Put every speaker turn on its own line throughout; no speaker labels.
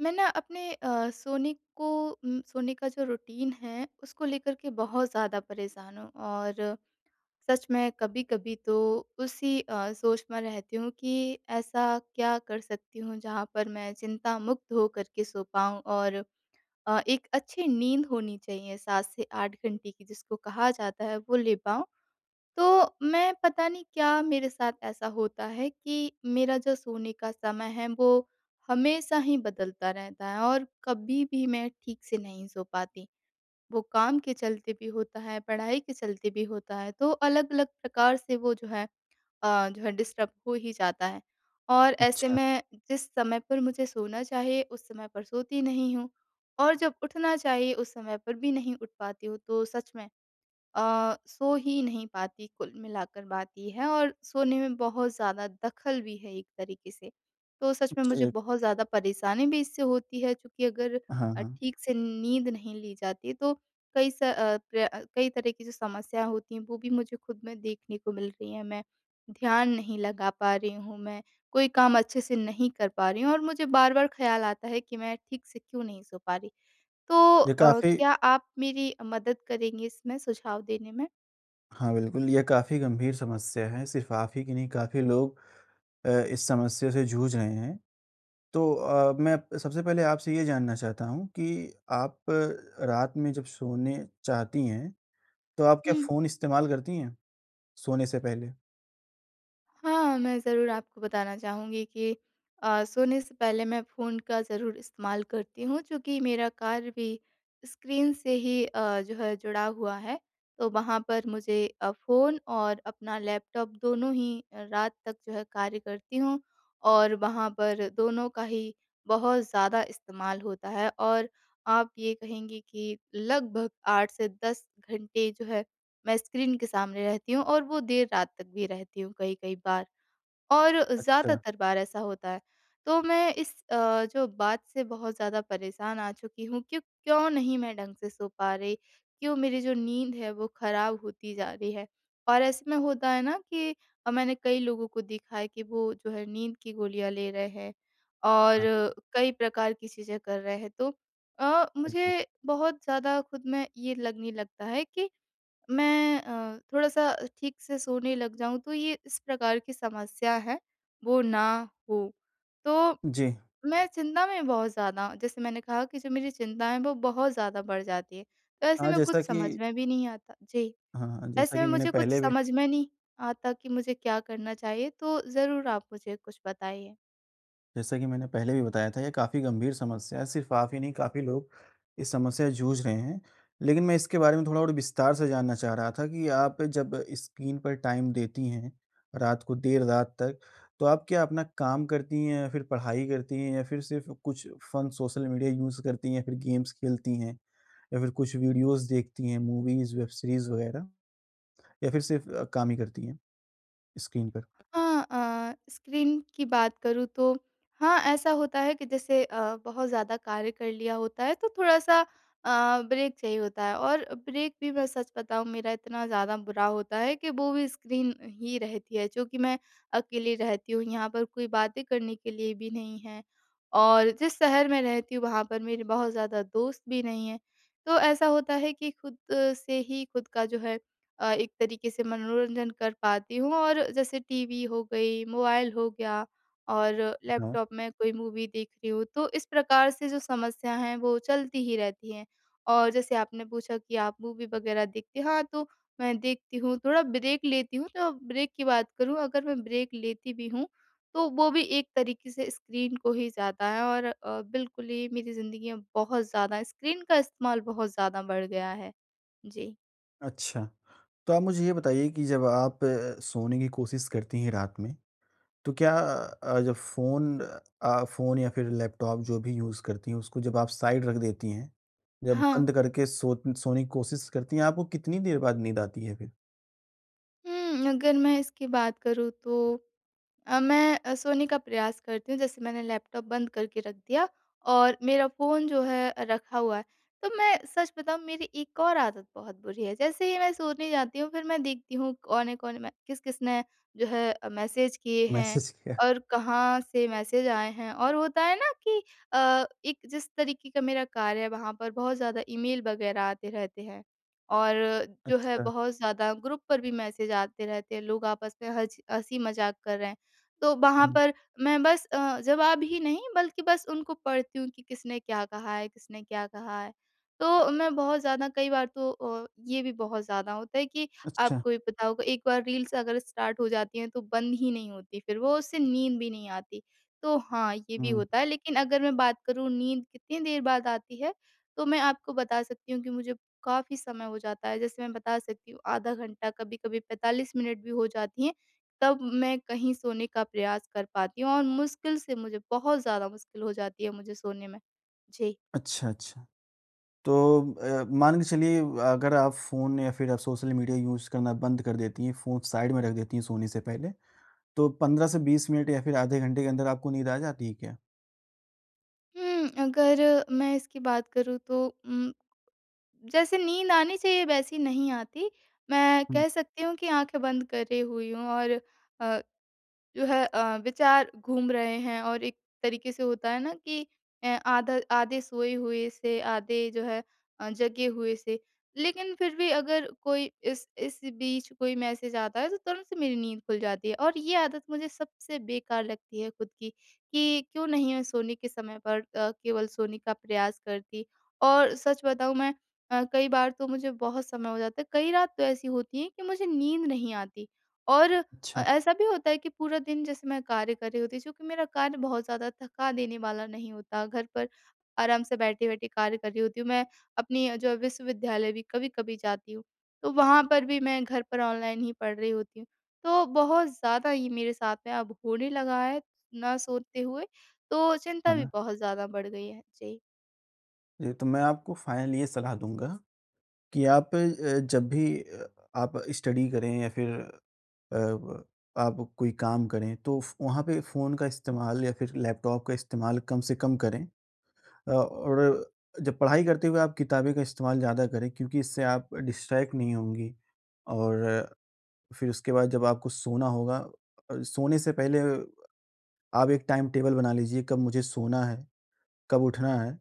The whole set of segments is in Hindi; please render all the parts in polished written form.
मैं ना अपने सोने का जो रूटीन है, उसको लेकर के बहुत ज़्यादा परेशान हूँ और सच में कभी-कभी तो उसी सोच में रहती हूँ कि ऐसा क्या कर सकती हूँ, जहाँ पर मैं चिंता मुक्त होकर के सो पाऊँ और एक अच्छी नींद होनी चाहिए, 7 से 8 घंटे की जिसको कहा जाता है, वो ले पाऊँ। तो मैं पता नहीं क्या मेरे साथ ऐसा होता है कि मेरा जो सोने का समय है वो हमेशा ही बदलता रहता है और कभी भी मैं ठीक से नहीं सो पाती। वो काम के चलते भी होता है, पढ़ाई के चलते भी होता है, तो अलग-अलग प्रकार से वो जो है डिस्टर्ब हो ही जाता है। और ऐसे
अच्छा,
में जिस समय पर मुझे सोना चाहिए उस समय पर सोती नहीं हूँ और जब उठना चाहिए उस समय पर भी नहीं उठ पाती हूँ। तो सच में सो ही नहीं पाती, कुल मिलाकर बात ये है, और सोने में बहुत ज़्यादा दखल भी है एक तरीके से। तो सच में
अच्छा
मुझे
ये
बहुत ज़्यादा परेशानी भी इससे होती है, चूँकि अगर
हाँ, हाँ।
ठीक से नींद नहीं ली जाती तो कई स अ, प्र अ, कई तरह की जो समस्याएँ होती हैं वो भी मुझे खुद में देखने को मिल रही हैं। मैं ध्यान नहीं लगा पा रही हूँ, मैं कोई काम अच्छे से नहीं कर पा रही हूँ और मुझे बार-बार ख़्याल आता है कि मैं ठीक से क्यों नहीं सो पा रही। तो
ये
अ,
काफ़ी
क्या आप मेरी मदद करेंगे इसमें सुझाव देने में?
हाँ, बिल्कुल, ये काफ़ी गंभीर समस्या है, सिर्फ़ आप ही की नहीं, काफ़ी लोग इस समस्या से जूझ रहे हैं। तो सबसे पहले आपसे ये जानना चाहता हूँ कि आप रात में जब सोने चाहती हैं, तो आप क्या फ़ोन इस्तेमाल करती हैं, सोने से पहले?
हाँ, मैं ज़रूर आपको बताना चाहूँगी कि सोने से पहले मैं फ़ोन का ज़रूर इस्तेमाल करती हूँ, चूँकि मेरा कार्य भी स्क्रीन से ही अ, जो है जुड़ा हुआ है। तो वहाँ पर मुझे फ़ोन और अपना लैपटॉप, दोनों ही रात तक जो है कार्य करती हूँ, और वहाँ पर दोनों का ही बहुत ज़्यादा इस्तेमाल होता है, और आप ये कहेंगी कि लगभग 8 से 10 घंटे जो है मैं स्क्रीन के सामने रहती हूँ, और वो देर रात तक भी रहती हूँ कई-कई बार, और
अच्छा, हाँ,
ज़्यादातर बार ऐसा होता है। तो मैं इस जो बात से बहुत ज़्यादा परेशान आ चुकी हूँ कि क्यों नहीं मैं ढंग से सो पा रही, क्यों मेरी जो नींद है वो खराब होती जा रही है। और ऐसे में होता है ना कि मैंने कई लोगों को देखा है कि वो जो है नींद की गोलियाँ ले रहे हैं और
हाँ,
कई प्रकार की चीज़ें कर रहे हैं। तो
बिल्कुल।
मुझे बहुत ज़्यादा खुद में ये लगने लगता है कि मैं थोड़ा-सा ठीक से सोने लग जाऊँ, तो ये इस प्रकार की समस्या है, वो ना हो। तो
जी,
मैं चिंता में बहुत ज़्यादा, जैसे मैंने कहा कि जो मेरी चिंता है वो बहुत ज़्यादा बढ़ जाती है। तो ऐसे
हाँ,
में कुछ
जैसा
समझ
कि
में भी नहीं आता जी,
हाँ, हाँ,
ऐसे में मुझे कुछ समझ में नहीं आता कि मुझे क्या करना चाहिए? तो ज़रूर आप मुझे कुछ बताइए।
जैसा कि मैंने पहले भी बताया था, ये काफ़ी गंभीर समस्या है। सिर्फ़ आप ही नहीं, काफ़ी लोग इस समस्या से जूझ रहे हैं। लेकिन मैं इसके बारे में थोड़ा और विस्तार से जानना चाह रहा था कि आप जब स्क्रीन पर टाइम देती हैं, रात को देर रात तक, तो आप क्या अपना काम करती हैं या फिर पढ़ाई करती हैं या फिर सिर्फ़ कुछ फ़न सोशल मीडिया यूज़ करती हैं या फिर गेम्स खेलती हैं या फिर कुछ वीडियोज़ देखती हैं, मूवीज़, वेब सीरीज़ वगैरह या फिर सिर्फ़ काम ही करती हैं स्क्रीन
हाँ, स्क्रीन की बात करूँ तो हाँ, ऐसा होता है कि जैसे बहुत ज़्यादा कार्य कर लिया होता है तो थोड़ा-सा ब्रेक चाहिए होता है, और ब्रेक भी, मैं सच बताऊँ, मेरा इतना ज़्यादा बुरा होता है कि वो भी स्क्रीन ही रहती है, चूँकि मैं अकेली रहती हूँ, यहाँ पर कोई बातें करने के लिए भी नहीं है, और जिस शहर में रहती हूँ वहाँ पर मेरे बहुत ज़्यादा दोस्त भी नहीं हैं। तो ऐसा होता है कि खुद से ही खुद का जो है एक तरीके से मनोरंजन कर पाती हूँ, और जैसे टीवी हो गई, मोबाइल हो गया, और
पर?
लैपटॉप में कोई मूवी देख रही हूँ, तो इस प्रकार से जो समस्या हैं वो चलती ही रहती हैं। और जैसे आपने पूछा कि आप मूवी वगैरह देखते हैं, हाँ, तो मैं देखती हूँ, थोड़ा ब्रेक लेती हूँ, तो ब्रेक की बात करूँ, अगर मैं ब्रेक लेती भी हूँ, तो वो भी एक तरीके से स्क्रीन को ही ज़्यादा है, और बिल्कुल ही मेरी ज़िंदगी में बहुत ज़्यादा स्क्रीन का इस्तेमाल बहुत ज़्यादा बढ़ गया है। जी।
अच्छा, तो आप मुझे ये बताइए कि जब आप सोने की कोशिश करती हैं रात में, तो क्या अ, जब फ़ोन फ़ोन या फिर लैपटॉप जो भी यूज़ करती हैं, उसको जब आप साइड रख देती हैं, जब
हाँ।
बंद करके सोने की कोशिश करती हैं, आपको कितनी देर बाद नींद आती है फिर?
हुँ, अगर मैं इसकी बात करूँ तो मैं सोने का प्रयास करती हूँ, जैसे मैंने लैपटॉप बंद करके रख दिया और मेरा फ़ोन जो है रखा हुआ है। तो मैं सच बताऊँ, मेरी एक और आदत बहुत बुरी है, जैसे ही मैं सोने जाती हूँ फिर मैं देखती हूँ कौन-कौन, मैं किस-किसने जो है मैसेज किए हैं
मैसेज किया।
और कहाँ से मैसेज आए हैं। और होता है ना कि एक जिस तरीके का मेरा कार्य है, वहाँ पर बहुत ज़्यादा ईमेल वग़ैरह आते रहते हैं। और जो है
अच्छा,
बहुत ज़्यादा ग्रुप पर भी मैसेज आते रहते हैं, लोग आपस में हँच हँसी-मज़ाक कर रहे हैं। तो वहाँ
हुँ,
पर मैं बस जवाब ही नहीं, बल्कि बस उनको पढ़ती हूँ कि किसने क्या कहा है, किसने क्या कहा है। तो मैं बहुत ज़्यादा कई बार तो ये भी बहुत ज़्यादा होता है कि
अच्छा,
आपको भी पता होगा, एक बार रील्स अगर स्टार्ट हो जाती हैं तो बंद ही नहीं होती, फिर वो, उससे नींद भी नहीं आती। तो हाँ, ये भी
हुँ,
होता है, लेकिन अगर मैं बात करूँ नींद कितनी देर बाद आती है, तो मैं आपको बता सकती हूँ कि मुझे काफ़ी समय हो जाता है। जैसे मैं बता सकती हूँ आधा घंटा, कभी-कभी 45 मिनट भी हो जाती हैं। तब मैं कहीं सोने का प्रयास कर पाती हूँ, और मुश्किल से, मुझे बहुत ज़्यादा मुश्किल हो जाती है मुझे सोने में। जी।
अच्छा, अच्छा। तो मान के चलिए अगर आप फ़ोन या फिर आप सोशल मीडिया यूज़ करना बंद कर देती हैं, फ़ोन साइड में रख देती हैं सोने से पहले तो 15 से 20 मिनट या फिर आधे घंटे के अंदर आपको नींद आ जाती है क्या?
हुँ, अगर मैं इसकी बात करूँ तो जैसे नींद आनी चाहिए वैसी नहीं आती। मैं
हुँ,
कह सकती हूँ कि आँखें बंद करे हुई हूँ, और अ, विचार घूम रहे हैं, और एक तरीके से होता है ना कि अ, आधा आधे सोए हुए से, आधे जो है जगे हुए से, लेकिन फिर भी अगर कोई इस बीच कोई मैसेज आता है तो तुरंत से मेरी नींद खुल जाती है, और ये आदत मुझे सबसे बेकार लगती है खुद की कि क्यों नहीं मैं सोने के समय पर केवल सोने का प्रयास करती। और सच बताऊं, मैं कई बार तो मुझे बहुत समय हो जाता है, कई रात तो ऐसी होती है कि मुझे नींद नहीं आती। और
अच्छा।
ऐसा भी होता है कि पूरा दिन जैसे मैं कार्य कर रही होती हूँ, क्योंकि मेरा कार्य बहुत ज़्यादा थका देने वाला नहीं होता। घर पर आराम से बैठे-बैठे कार्य कर रही होती हूँ। मैं अपनी अ, जो है विश्वविद्यालय भी कभी-कभी जाती हूँ, तो वहाँ पर भी मैं घर पर ऑनलाइन ही पढ़ रही होती हूँ। तो बहुत ज़्यादा ये मेरे साथ में अब होने लगा है, ना सोते हुए, तो चिंता भी
हाँ,
बहुत ज़्यादा बढ़ गई है। जी।
जी, तो मैं आपको फाइनली ये सलाह दूँगा कि आप जब भी आप स्टडी करें या फिर अ, ब आप कोई काम करें, तो फ़ वहाँ पे फ़ोन का इस्तेमाल या फिर लैपटॉप का इस्तेमाल कम से कम करें। और जब पढ़ाई करते हुए आप किताबें का इस्तेमाल ज़्यादा करें क्योंकि इससे आप डिस्ट्रैक्ट नहीं होंगी और फिर उसके बाद जब आपको सोना होगा, सोने से पहले आप एक टाइम टेबल बना लीजिए, कब मुझे सोना है, कब उठना है।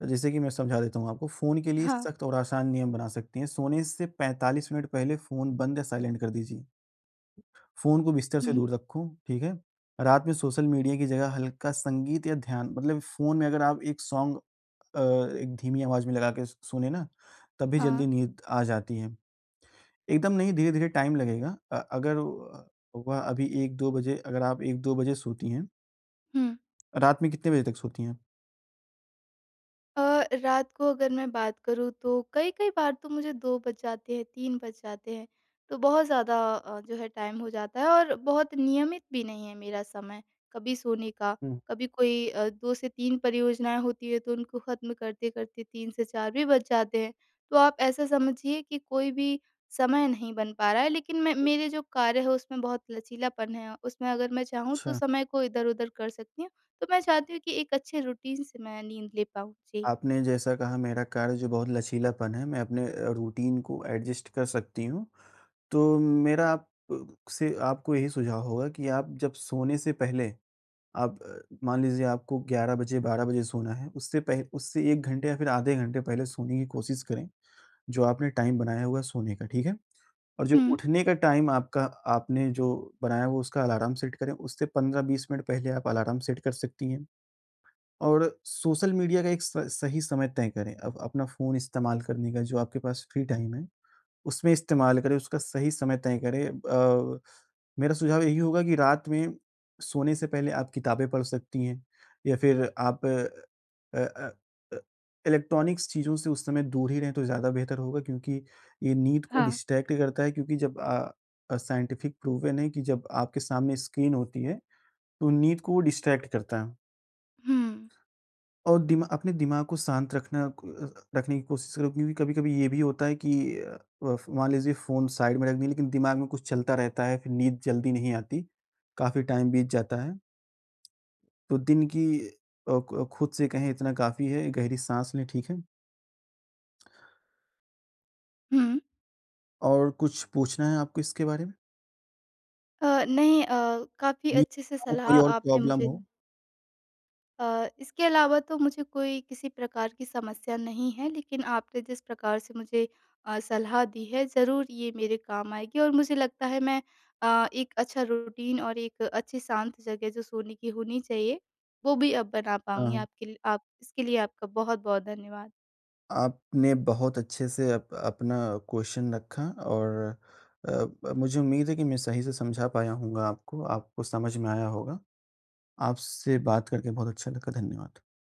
तो जैसे कि मैं समझा देता हूँ आपको, फ़ोन के लिए
हाँ।
सख्त और आसान नियम बना सकती हैं। सोने से 45 मिनट पहले फ़ोन बंद या साइलेंट कर दीजिए। फ़ोन को बिस्तर से
हुँ।
दूर रखो, ठीक है? रात में सोशल मीडिया की जगह हल्का संगीत या ध्यान मतलब फ़ोन में अगर आप एक सॉन्ग अ, एक धीमी आवाज़ में लगा के स सुने ना, तब भी जल्दी
हाँ।
नींद आ जाती है। एकदम नहीं, धीरे-धीरे टाइम लगेगा। अगर वह अभी 1-2 बजे, अगर आप 1-2 बजे सोती हैं,
हुँ।
रात में कितने बजे तक सोती हैं आप?
रात को अगर मैं बात करूँ तो कई-कई बार तो मुझे 2 बज जाते हैं, 3 बज जाते हैं, तो बहुत ज़्यादा अ, जो है टाइम हो जाता है, और बहुत नियमित भी नहीं है मेरा समय, कभी सोने का,
हुँ।
कभी कोई 2 से 3 परियोजनाएँ होती हैं तो उनको ख़त्म करते-करते 3 से 4 भी बज जाते हैं। तो आप ऐसा समझिए कि कोई भी समय नहीं बन पा रहा है, लेकिन मैं, मेरे जो कार्य है उसमें बहुत लचीलापन है, उसमें अगर मैं चाहूँ तो
अच्छा,
समय को इधर-उधर कर सकती हूँ, तो मैं चाहती हूँ कि एक अच्छे रूटीन से मैं नींद ले पाऊँ। जी।
आपने जैसा कहा मेरा कार्य जो बहुत लचीलापन है, मैं अपने रूटीन को एडजस्ट कर सकती हूँ। तो मेरा आप से आपको यही सुझाव होगा कि आप जब सोने से पहले आप मान लीजिए आपको 11 बजे, 12 बजे सोना है, उससे 1 घंटे या फिर आधे घंटे पहले सोने की कोशिश करें, जो आपने टाइम बनाया हुआ है सोने का, ठीक है? और जो
हुँ।
उठने का टाइम आपका आपने जो बनाया हुआ उसका अलार्म सेट करें, उससे 15-20 मिनट पहले आप अलार्म सेट कर सकती हैं। और सोशल मीडिया का एक स सही समय तय करें। अब अपना फ़ोन इस्तेमाल करने का जो आपके पास फ्री टाइम है, उसमें इस्तेमाल करें, उसका सही समय तय करें। मेरा सुझाव यही होगा कि रात में सोने से पहले आप किताबें पढ़ सकती हैं या फिर आप अ अ, इलेक्ट्रॉनिक्स चीज़ों से उस समय दूर ही रहें तो ज़्यादा बेहतर होगा क्योंकि ये नींद को
हाँ।
डिस्ट्रैक्ट करता है क्योंकि साइंटिफ़िक प्रूवन है कि जब आपके सामने स्क्रीन होती है, तो नींद को वो डिस्ट्रैक्ट करता है।
हुँ,
और दिमा अपने दिमाग को शांत रखने की कोशिश करो क्योंकि कभी-कभी ये भी होता है कि अ, फ़ मान लीजिए फ़ोन साइड में रख दिए लेकिन दिमाग में कुछ चलता रहता है, फिर नींद जल्दी नहीं आती, काफ़ी टाइम बीत जाता है। तो दिन की अ, क खुद से कहें इतना काफ़ी है, गहरी साँस लें, ठीक है?
हुँ।
और कुछ पूछना है आपको इसके बारे में?
नहीं, काफ़ी
नी
अच्छे से सलाह
कोई और
आपने
प्रॉब्लम
मुझे
हो?
इसके अलावा तो मुझे कोई किसी प्रकार की समस्या नहीं है, लेकिन आपने जिस प्रकार से मुझे सलाह दी है, ज़रूर ये मेरे काम आएगी, और मुझे लगता है मैं एक अच्छा रूटीन और एक अच्छी शांत जगह जो सोने की होनी चाहिए, वो भी अब बना
हाँ।
पाऊँगी
हाँ।
आपके लिए। आप इसके लिए आपका बहुत-बहुत धन्यवाद।
आपने बहुत अच्छे से अप अपना क्वेश्चन रखा और मुझे उम्मीद है कि मैं सही से समझा पाया हूँगा आपको, आपको समझ में आया होगा। आपसे बात करके बहुत अच्छा लगा। धन्यवाद।